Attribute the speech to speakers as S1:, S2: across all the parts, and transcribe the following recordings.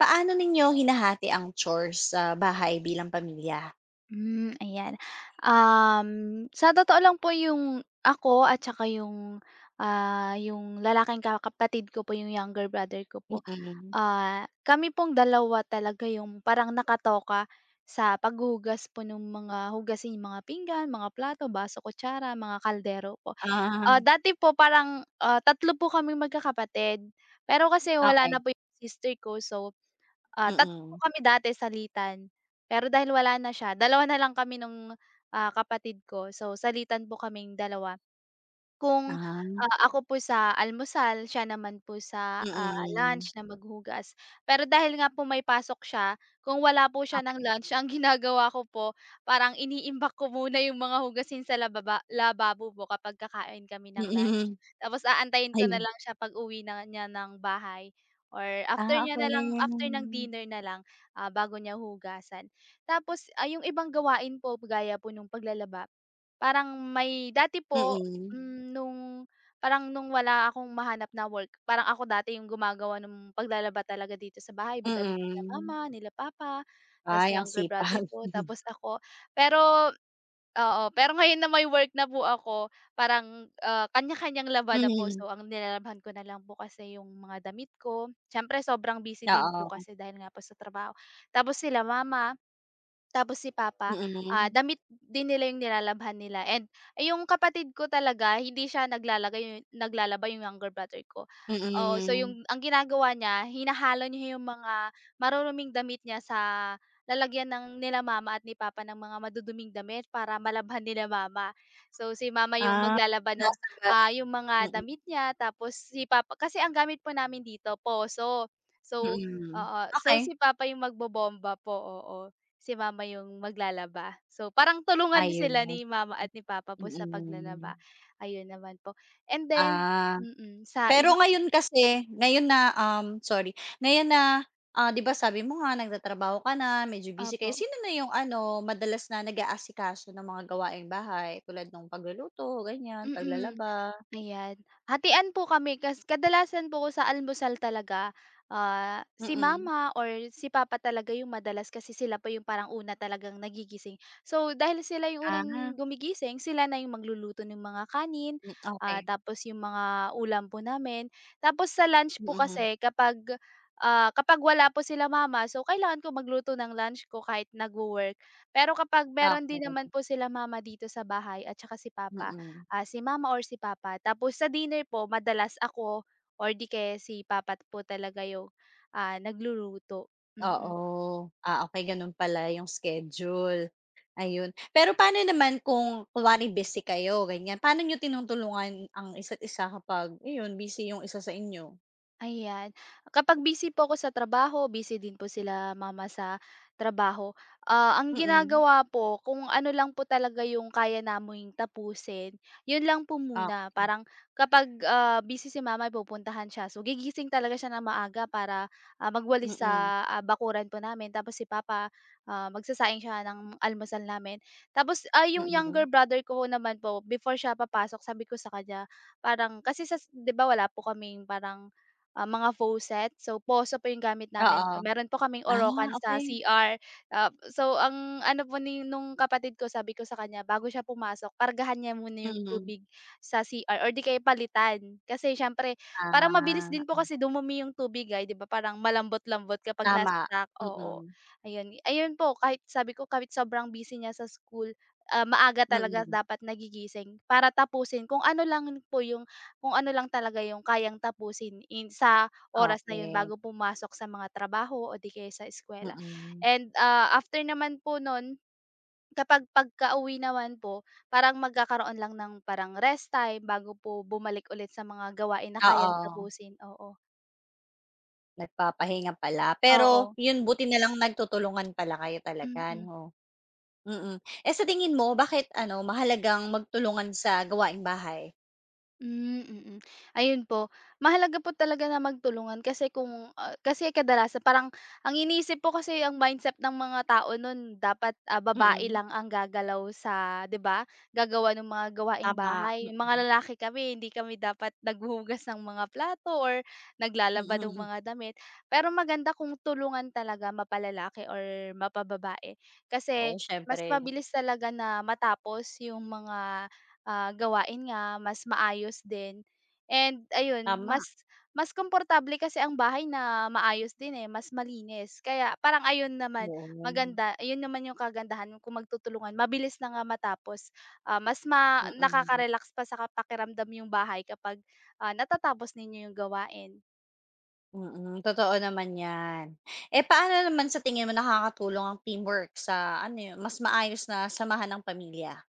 S1: Paano ninyo hinahati ang chores sa bahay bilang pamilya?
S2: Hmm, ayan. Um, sa totoo lang po yung ako at saka yung lalaking kapatid ko po, yung younger brother ko po,
S1: Mm.
S2: kami pong dalawa talaga yung parang nakatoka sa paghugas po ng mga hugasin, yung mga pinggan, mga plato, baso, kutsara, mga kaldero po.
S1: Ah,
S2: Dati po parang, 3 po kaming magkakapatid, pero kasi wala na
S1: okey.
S2: po yung sister ko, so 3 po
S1: Mm.
S2: kami dati salitan, pero dahil wala na siya, dalawa na lang kami nung, kapatid ko. So, salitan po kaming dalawa. Kung,
S1: Ah.
S2: ako po sa almusal, siya naman po sa,
S1: Mm.
S2: lunch na maghugas. Pero dahil nga po may pasok siya, kung wala po siya ng
S1: Okey.
S2: lunch, ang ginagawa ko po, parang iniimbak ko muna yung mga hugasin sa lababo po kapag kakain kami ng lunch.
S1: Mm,
S2: Tapos aantayin ko na
S1: ayun.
S2: lang siya pag-uwi na niya ng bahay. Or after
S1: Ah,
S2: niya na lang, after
S1: okey.
S2: ng dinner na lang, bago niya hugasan. Tapos, yung ibang gawain po gaya po nung paglalaba, parang may dati po,
S1: Mm,
S2: nung parang nung wala akong mahanap na work, parang ako dati yung gumagawa ng paglalaba talaga dito sa bahay, damit nila
S1: mm.
S2: mama, nila papa, tas
S1: Ay, ang
S2: younger brother
S1: sipag.
S2: ko, tapos ako. Pero oo, pero ngayon na may work na po ako, parang, kanya-kanyang laban na po. So,
S1: Mm,
S2: ang nilalabhan ko na lang po kasi yung mga damit ko. Siyempre sobrang busy din po
S1: oo.
S2: kasi dahil nga po sa trabaho. Tapos sila mama, tapos si papa,
S1: Mm,
S2: damit din nila yung nilalabhan nila, and eh, yung kapatid ko talaga hindi siya naglalaba, yung younger brother ko. Oh so
S1: mm.
S2: yung ang ginagawa niya, hinahalo niya yung mga maruruming damit niya sa lalagyan ng nila mama at ni papa ng mga maduduming damit para malabhan nila mama. So si mama yung
S1: Ah.
S2: maglalaba nung,
S1: Sinasabay.
S2: yung mga
S1: Mm,
S2: damit niya, tapos si papa, kasi ang gamit po namin dito poso. So
S1: mm.
S2: oo, so
S1: Okey.
S2: si papa yung magbobomba po, oo. Si mama yung maglalaba. So, parang tulungan sila ni
S1: Ayun,
S2: mama at ni papa po sa
S1: mm.
S2: paglalaba, ayun naman po. And then
S1: Ah.
S2: sa
S1: Pero
S2: iba
S1: ngayon kasi, ngayon na, sorry, ngayon na, ah, 'di ba sabi mo nga nagtatrabaho ka na, medyo busy
S2: opo.
S1: kayo, sino na yung ano, madalas na nag-aasikaso ng mga gawaing bahay tulad ng pagluluto, ganyan,
S2: Mm.
S1: paglalaba?
S2: Ayan. Hatian po kami, kasi kadalasan po ko sa almusal talaga, si
S1: Mm.
S2: mama or si papa talaga yung madalas, kasi sila pa yung parang una talagang nagigising. So, dahil sila yung
S1: Ah,
S2: unang gumigising, sila na yung magluluto ng mga kanin,
S1: hmm, okey.
S2: tapos yung mga ulam po namin. Tapos sa lunch po,
S1: Mm,
S2: kasi kapag, kapag wala po sila mama, so kailangan ko magluto ng lunch ko kahit nagwo-work. Pero kapag meron din naman
S1: okey.
S2: po sila mama dito sa bahay at saka si papa,
S1: Mm,
S2: si mama or si papa. Tapos sa dinner po madalas ako, or di kaya si papa po talaga yung, nagluluto. Mm. Mm.
S1: oo. Ah, okay ganun pala yung schedule, ayun. Pero paano naman kung kunwari busy kayo, ganyan, paano niyo tinutulungan ang isa't isa kapag iyon, busy yung isa sa inyo?
S2: Ayan. Kapag busy po ako sa trabaho, busy din po sila mama sa trabaho. Ang
S1: Mm.
S2: ginagawa po, kung ano lang po talaga yung kaya naming tapusin, yun lang po
S1: Ah,
S2: muna. Parang kapag busy si mama, pupuntahan siya. So, gigising talaga siya ng maaga para magwalis
S1: mm,
S2: sa bakuran po namin. Tapos si papa, magsasaing siya ng almusal namin. Tapos yung
S1: mm.
S2: younger brother ko naman po, before siya papasok, sabi ko sa kanya, parang, kasi sa, di ba wala po kaming parang mga faucet. So, poso po yung gamit namin.
S1: Oo.
S2: So, meron po kaming
S1: Ah,
S2: orokan sa
S1: okey.
S2: CR. So, ang ano po nung kapatid ko, sabi ko sa kanya, bago siya pumasok, kargahan niya muna yung
S1: Mm.
S2: tubig sa CR or di kaya palitan. Kasi siyempre, parang mabilis
S1: Ah,
S2: din po kasi dumumi yung tubig ay, di ba? Parang malambot-lambot kapag
S1: tama.
S2: na-stuck. Oo.
S1: Mm,
S2: Ayun. Ayun po, kahit sabi ko, kahit sobrang busy niya sa school, maaga talaga
S1: mm.
S2: dapat nagigising para tapusin kung ano lang po yung kung ano lang talaga yung kayang tapusin sa oras na yun
S1: Okey.
S2: bago pumasok sa mga trabaho o di kaya sa eskuwela.
S1: Mm.
S2: And, after naman po nun, kapag pagkauwi naman po, parang magkakaroon lang ng parang rest time bago po bumalik ulit sa mga gawain na kayang
S1: Oo,
S2: tapusin, oo.
S1: nagpapahinga pala. Pero
S2: Oo.
S1: yun, buti na lang nagtutulungan pala kayo
S2: Mm.
S1: talaga
S2: Mm.
S1: 'no? Mm. Eh, sa tingin mo bakit ano, mahalagang magtulungan sa gawaing bahay?
S2: Hmm. Mm. Mm. Ayun po, mahalaga po talaga na magtulungan kasi kung, kasi kadalasan parang ang iniisip po kasi ang mindset ng mga tao nun, dapat, babae
S1: Mm,
S2: lang ang gagalaw sa 'di ba, gagawa ng mga gawaing
S1: tama.
S2: bahay.
S1: Mm,
S2: Mga lalaki kami, hindi kami dapat naghuhugas ng mga plato or naglalaba ng
S1: mm.
S2: mga damit. Pero maganda kung tulungan talaga, mapalalaki or mapababae, kasi
S1: Oo,
S2: mas
S1: siyempre.
S2: mabilis talaga na matapos yung mga gawain nga, mas maayos din. And ayun, mas
S1: Tama,
S2: mas komportable kasi ang bahay na maayos din, eh, mas malinis. Kaya parang ayun naman,
S1: oo.
S2: maganda, ayun naman yung kagandahan kung magtutulungan, mabilis na nga matapos. Mas
S1: Mm.
S2: nakaka-relax pa sa pakiramdam yung bahay kapag, natatapos ninyo yung gawain.
S1: Mm, totoo naman 'yan. Eh, paano naman sa tingin mo nakakatulong ang teamwork sa ano 'yun, mas maayos na samahan ng pamilya?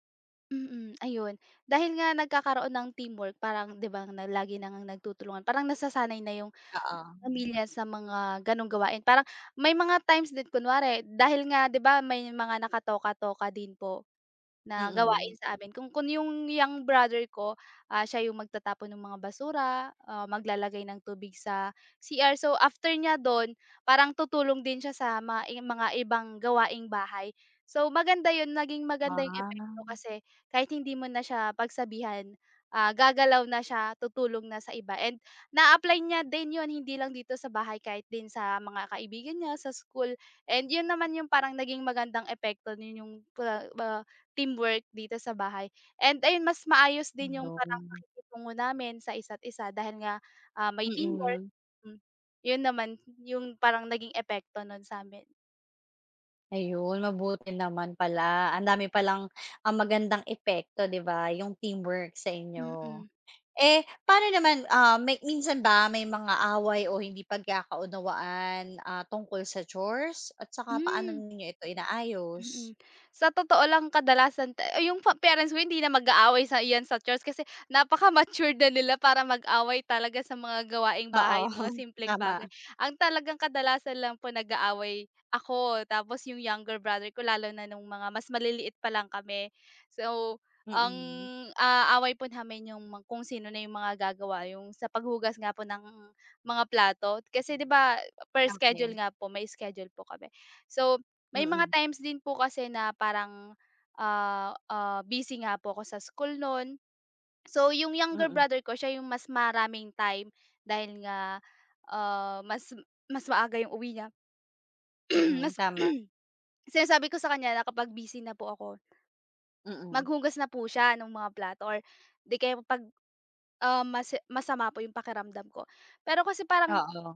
S2: Mm, ayun. Dahil nga nagkakaroon ng teamwork, parang 'di ba, na lagi na nagtutulungan, parang nasasanay na yung
S1: Oo.
S2: pamilya sa mga gano'ng gawain. Parang may mga times din, kunwari dahil nga 'di ba may mga nakatoka-toka din po na
S1: Mm.
S2: gawain sa amin, kung yung young brother ko, siya yung magtatapon ng mga basura, maglalagay ng tubig sa CR. So after niya dun, parang tutulong din siya sa mga ibang gawaing bahay. So maganda yun, naging maganda yung
S1: Ah,
S2: epekto, kasi kahit hindi mo na siya pagsabihan, gagalaw na siya, tutulong na sa iba, and na-apply niya din yun hindi lang dito sa bahay, kahit din sa mga kaibigan niya, sa school, and yun naman yung parang naging magandang epekto nun, yung ah, teamwork dito sa bahay, and ayun, mas maayos din yung parang
S1: ayun.
S2: pakikitungo namin sa isa't isa dahil nga, may teamwork.
S1: Mm.
S2: Hmm, yun naman yung parang naging epekto nun sa'min.
S1: Ayun, mabuti naman pala. Ang dami palang, ah, magandang epekto, 'di ba, yung teamwork sa inyo.
S2: Mm.
S1: Eh, paano naman, ah, may minsan ba may mga away o hindi pagkakaunawaan, ah, tungkol sa chores at saka paano
S2: Hmm,
S1: ninyo ito inaayos?
S2: mm. Sa totoo lang kadalasan ay, yung parents ko hindi na mag-aaway sa iyan sa church, kasi napaka mature na nila para mag-away talaga sa mga gawaing
S1: Oo,
S2: bahay, mga simpleng
S1: tama,
S2: bagay. Ang talagang kadalasan lang po nag-aaway ako, tapos yung younger brother ko, lalo na nung mga mas maliliit pa lang kami. So, ang,
S1: mm.
S2: away po namin yung mga kung sino na yung mga gagawa, yung sa paghugas nga po ng mga plato. Kasi 'di ba per schedule
S1: Okay,
S2: nga po, may schedule po kami. So may mga
S1: mm,
S2: times din po kasi na parang, busy nga po ako sa school nun. So, yung younger
S1: mm,
S2: brother ko, siya yung mas maraming time dahil nga, mas mas maaga yung uwi niya.
S1: mm,
S2: Mas
S1: tama,
S2: sinasabi ko sa kanya na kapag busy na po ako,
S1: mm,
S2: maghuhugas na po siya nung mga plato, or 'di kaya 'pag, masama po yung pakiramdam ko. Pero kasi parang
S1: oo.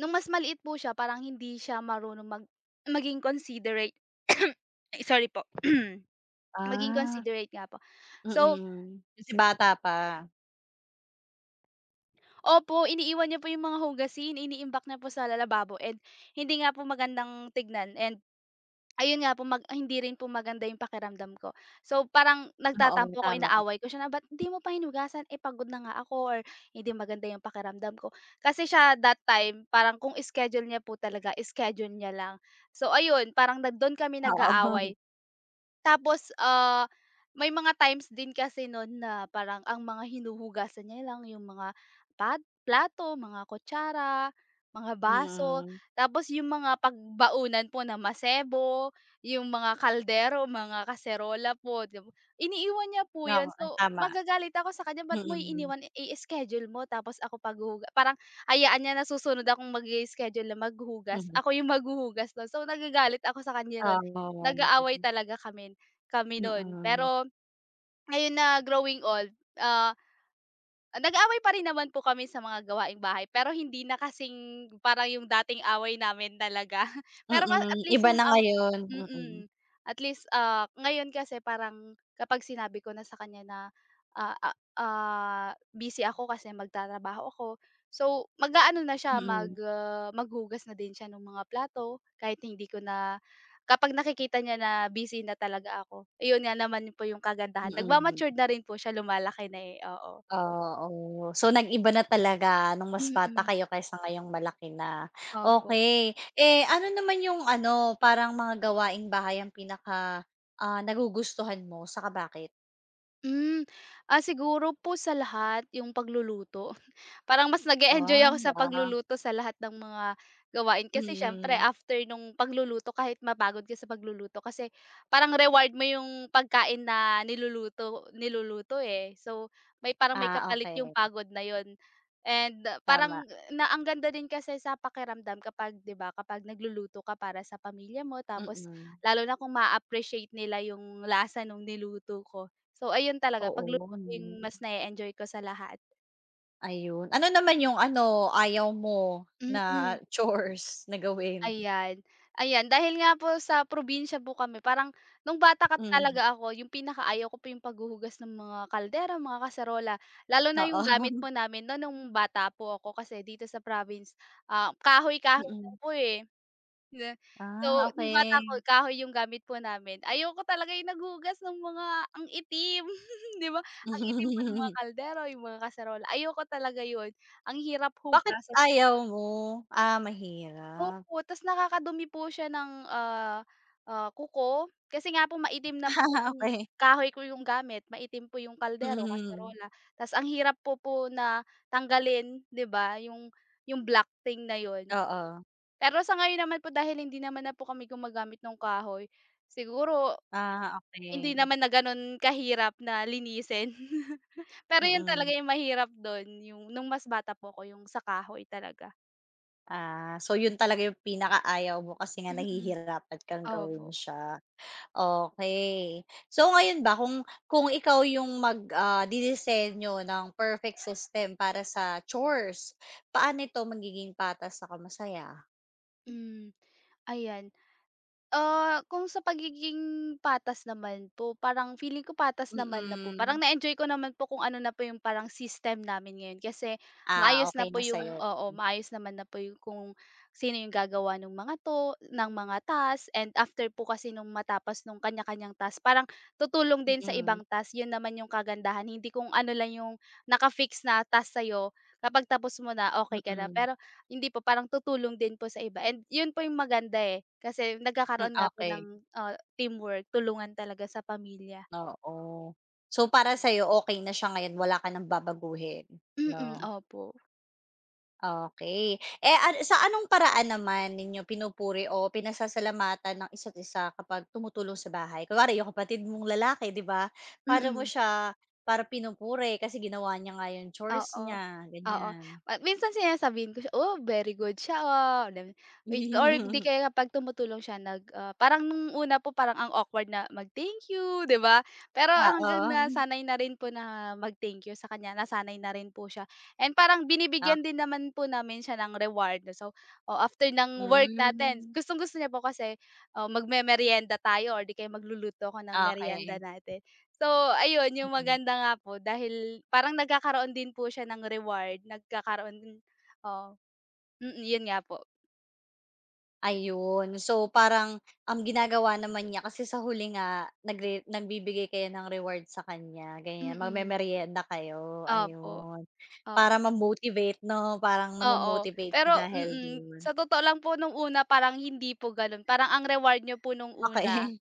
S2: nung mas maliit po siya, parang hindi siya marunong maging considerate. Sorry po. Maging
S1: Ah,
S2: considerate nga po. So,
S1: mm, kasi bata pa.
S2: opo, iniiwan niya po yung mga hugasin, iniimbak niya po sa lalababo, and hindi nga po magandang tignan, and ayun nga po, hindi rin po maganda yung pakiramdam ko. So, parang
S1: Oo,
S2: nagtatampo ako,
S1: tama,
S2: inaaway ko siya na, "Ba't di mo pa hinugasan? Eh, pagod na nga ako, or hindi maganda yung pakiramdam ko." Kasi siya that time, parang kung schedule niya po talaga, schedule niya lang. So, ayun, parang dun kami
S1: oo,
S2: nag-aaway. Tapos, may mga times din kasi nun na parang ang mga hinuhugasan niya lang yung mga pad plato, mga kutsara, mga baso.
S1: mm,
S2: Tapos yung mga pagbaunan po na masebo, yung mga kaldero, mga kaserola po, di ba, iniiwan niya po yun.
S1: oo,
S2: So,
S1: tama,
S2: magagalit ako sa kanya, "Ba't mo
S1: mm,
S2: iniwan? I-schedule mo, tapos ako paghuhuga," parang hayaan niya na susunod akong mag schedule na maghugas,
S1: mhm,
S2: ako yung maghuhugas nun. So, nagagalit ako sa kanya nun,
S1: oo,
S2: nag-aaway talaga kami kami nun.
S1: mm,
S2: Pero ngayon na growing old, ah, nag-away pa rin naman po kami sa mga gawaing bahay, pero hindi na kasing parang yung dating away namin talaga. Pero ka at
S1: mm,
S2: least
S1: iba
S2: yung
S1: na
S2: aw
S1: ngayon,
S2: mm. At least, ngayon kasi parang kapag sinabi ko na sa kanya na, ah, ah, ah, busy ako kasi magtatrabaho ako. So, mag-aano na siya,
S1: mm,
S2: maghuhugas na din siya ng mga plato kahit hindi ko na, kapag nakikita niya na busy na talaga ako. Iyon nga naman po yung
S1: mm,
S2: kagandahan,
S1: mm.
S2: nagma-matured na rin po siya, lumalaki na, eh, oo.
S1: Oo. So, nag-iba na talaga nung mas bata
S2: Mm,
S1: kayo kaysa ngayong malaki na.
S2: opo.
S1: Okay. Eh, ano naman yung ano, parang mga gawaing bahay ang pinaka, ah, nagugustuhan mo, saka bakit?
S2: Hmm, Siguro po sa lahat yung pagluluto. Parang mas nag-e-enjoy
S1: Oh
S2: ako sa
S1: wow.
S2: pagluluto sa lahat ng mga gawain, kasi siyempre
S1: Mm.
S2: after nung pagluluto kahit mapagod ka sa pagluluto, kasi parang reward mo yung pagkain na niluluto niluluto, eh. So, may parang may
S1: Ah,
S2: kapalit yung
S1: okey.
S2: pagod na yon, and parang
S1: Tama.
S2: na ang ganda din kasi sa pakiramdam kapag 'di ba, kapag nagluluto ka para sa pamilya mo, tapos
S1: Mm.
S2: lalo na kung ma appreciate nila yung lasa nung niluto ko. So, ayun talaga,
S1: Oo,
S2: pagluluto
S1: 'no.
S2: yung mas na enjoy ko sa lahat.
S1: Ayun. Ano naman yung ano, ayaw mo na
S2: Mm.
S1: chores na gawin?
S2: Ayan, ayan. Dahil nga po sa probinsya po kami, parang nung bata ka
S1: Hmm,
S2: talaga ako yung pinakaayaw ko po yung paghuhugas ng mga kaldero, mga kaserola. Lalo na yung
S1: oo.
S2: gamit po namin no nung bata po ako kasi dito sa province, kahoy-kahoy lang
S1: Mm.
S2: po, eh. Na so,
S1: Ah,
S2: nung bata ko
S1: okay.
S2: kahoy yung gamit po namin. Ayoko talaga yung naghuhugas ng mga ang itim, 'di ba? Ang itim po ng mga kaldero, yung mga kaserola, ayoko talaga 'yun. Ang hirap
S1: Bakit
S2: hugas.
S1: ayaw mo? Ah, mahirap.
S2: Opo, ta's nakakadumi po siya ng, kuko. Kasi nga po maitim na po
S1: Ah,
S2: yung
S1: okey.
S2: kahoy ko yung gamit, maitim po yung kaldero,
S1: Mm,
S2: kaserola. Ta's ang hirap po na tanggalin, 'di ba, yung black thing na yun.
S1: oo.
S2: Pero sa ngayon naman po, dahil hindi naman na po kami gumagamit nung kahoy, siguro
S1: Ah,
S2: hindi
S1: okey.
S2: naman na gano'n kahirap na linisin. Pero yun talaga
S1: Mm.
S2: yung mahirap dun, yung nung mas bata po ako, yung sa kahoy talaga.
S1: Ah, so yun talaga yung pinakaayaw mo kasi nga
S2: Mm,
S1: nahihirapan kang
S2: opo.
S1: gawin siya. Okey. So ngayon ba kung ikaw yung mag, ah, didisenyo ng perfect system para sa chores, paano ito magiging patas saka masaya?
S2: Hmm, ayan. Ah, kung sa pagiging patas naman po, parang feeling ko patas naman na po. Parang
S1: Mm.
S2: na-enjoy ko naman po kung ano na po yung parang system namin ngayon kasi
S1: Ah,
S2: maayos na
S1: okey
S2: po
S1: na
S2: yung,
S1: sa'yo.
S2: oo, maayos naman na po yung kung sino yung gagawa ng mga 'to, ng mga task, and after po kasi nung matapos nung kanya-kanyang task, parang tutulong din sa
S1: Mm,
S2: ibang task. Yun naman yung kagandahan, hindi kung ano lang yung nakafix na task sa'yo, kapag tapos mo na, okay ka na.
S1: mm,
S2: Pero hindi po, parang tutulong din po sa iba, and yun po yung maganda, eh, kasi
S1: hmm,
S2: nagkakaroon nga po
S1: okey.
S2: ng, teamwork, tulungan talaga sa pamilya.
S1: Oo. So, para sa'yo okay na siya ngayon, wala ka ng babaguhin,
S2: Mm,
S1: 'no?
S2: opo.
S1: Okay. Eh, sa anong paraan naman ninyo pinupuri o pinasasalamatan ng isa't isa kapag tumutulong sa bahay? Kunwari yung kapatid mong lalaki, 'di ba? Paano mo
S2: Mm.
S1: siya para pinupuri kasi ginawa niya nga yung chores
S2: Oo,
S1: niya,
S2: oo.
S1: ganyan?
S2: Ma minsan sinasabihan ko siya, "Oh, very good siya, ah." Wait, or di kaya kapag tumutulong siya nag, parang nung una po parang ang awkward na mag-thank you, 'di ba? Pero hanggang
S1: Oo.
S2: nasanay na rin po na mag-thank you sa kanya, nasanay na rin po siya, and parang
S1: Ah,
S2: binibigyan din naman po namin siya ng reward. So, oh, after ng work natin,
S1: hmm,
S2: gustong-gusto niya po kasi, oh, magmemeryenda tayo or di kaya magluluto ako ng merienda
S1: okey.
S2: natin. So, ayun yung
S1: Mm. Okay.
S2: maganda nga po dahil parang nagkakaroon din po siya ng reward, nagkakaroon, oh, oo, mm, yun nga po.
S1: Ayun. So, parang ang ginagawa naman niya kasi sa huli nga nagbibigay kayo ng reward sa kanya, ganyan.
S2: Mm,
S1: Magmemeryenda kayo,
S2: opo,
S1: ayun. Para
S2: oo,
S1: ma-motivate 'no, parang
S2: oo.
S1: namo-motivate
S2: Pero
S1: siya dahil
S2: mm,
S1: dun.
S2: sa totoo lang po nung una parang hindi po ganon parang ang reward niyo po nung una.
S1: Okay.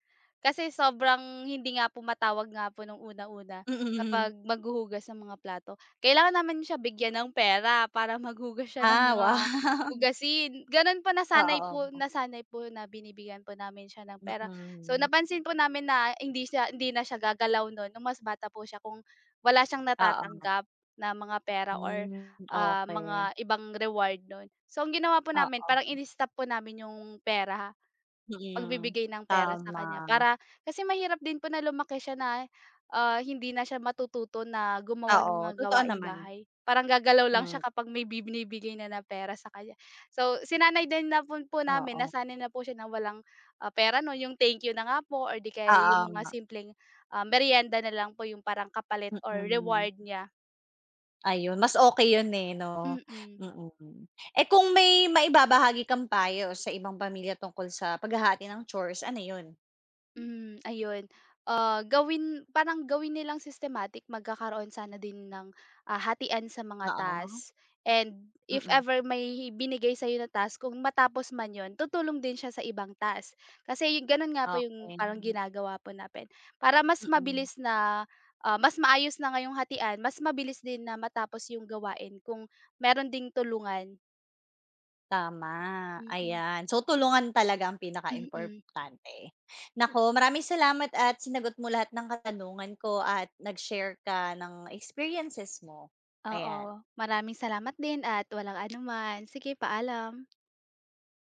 S2: Kasi sobrang hindi nga po matawag nga po nung una-una
S1: Mm.
S2: kapag maghuhugas ng mga plato. Kailangan naman siya bigyan ng pera para maghugas siya ng
S1: Ah,
S2: mga
S1: wow.
S2: hugasin. Gano'n po, nasanay po
S1: Oo.
S2: nasanay po na binibigyan po namin siya ng pera. So,
S1: Mm.
S2: napansin po namin na hindi na siya gagalaw no'n nung mas bata po siya kung wala siyang
S1: Oo.
S2: natatanggap na mga pera or,
S1: Hmm, okey.
S2: mga ibang reward no'n. So, ang ginawa po namin parang
S1: Oo.
S2: ini-stop po namin yung pera.
S1: Mm.
S2: Pagbibigay ng pera sa kanya,
S1: Tama.
S2: para kasi mahirap din po na lumaki siya na, hindi na siya matututo na gumawa ng mga
S1: Oo, totoo
S2: gawaing
S1: naman.
S2: bahay. Parang gagalaw lang
S1: Hmm,
S2: siya kapag may binibigay na na pera sa kanya. So, sinanay din na po namin,
S1: oo.
S2: nasanay na po siya na walang, pera 'no, yung thank you na nga po or di kaya
S1: Oo
S2: yung mga
S1: nga.
S2: simpleng, meryenda na lang po yung parang kapalit or reward
S1: Mm.
S2: niya,
S1: Ayun, mas okey yun, eh, 'no?
S2: mm.
S1: Mm. Eh, kung may maibabahagi kang payo sa ibang pamilya tungkol sa paghahati ng chores, ano yun?
S2: Hmm, ayun. Ah, gawin parang gawin nilang systematic, magkakaroon sana din ng, hatian sa mga task,
S1: Oo,
S2: and if
S1: mm,
S2: ever may binigay sa'yo na task, kung matapos man yon, tutulong din siya sa ibang task. Kasi yung gano'n nga po yung
S1: okey.
S2: parang ginagawa po natin para mas
S1: Mm,
S2: mabilis na, mas maayos na ngayong yung hatian, mas mabilis din na matapos yung gawain kung meron ding tulungan.
S1: tama,
S2: Mm,
S1: ayan. So, tulungan talaga ang
S2: mm.
S1: pinakaimportante. Naku, maraming salamat at sinagot mo lahat ng katanungan ko at nag-share ka ng experiences mo, ayan.
S2: Oo, maraming salamat din at walang anuman. Sige, paalam.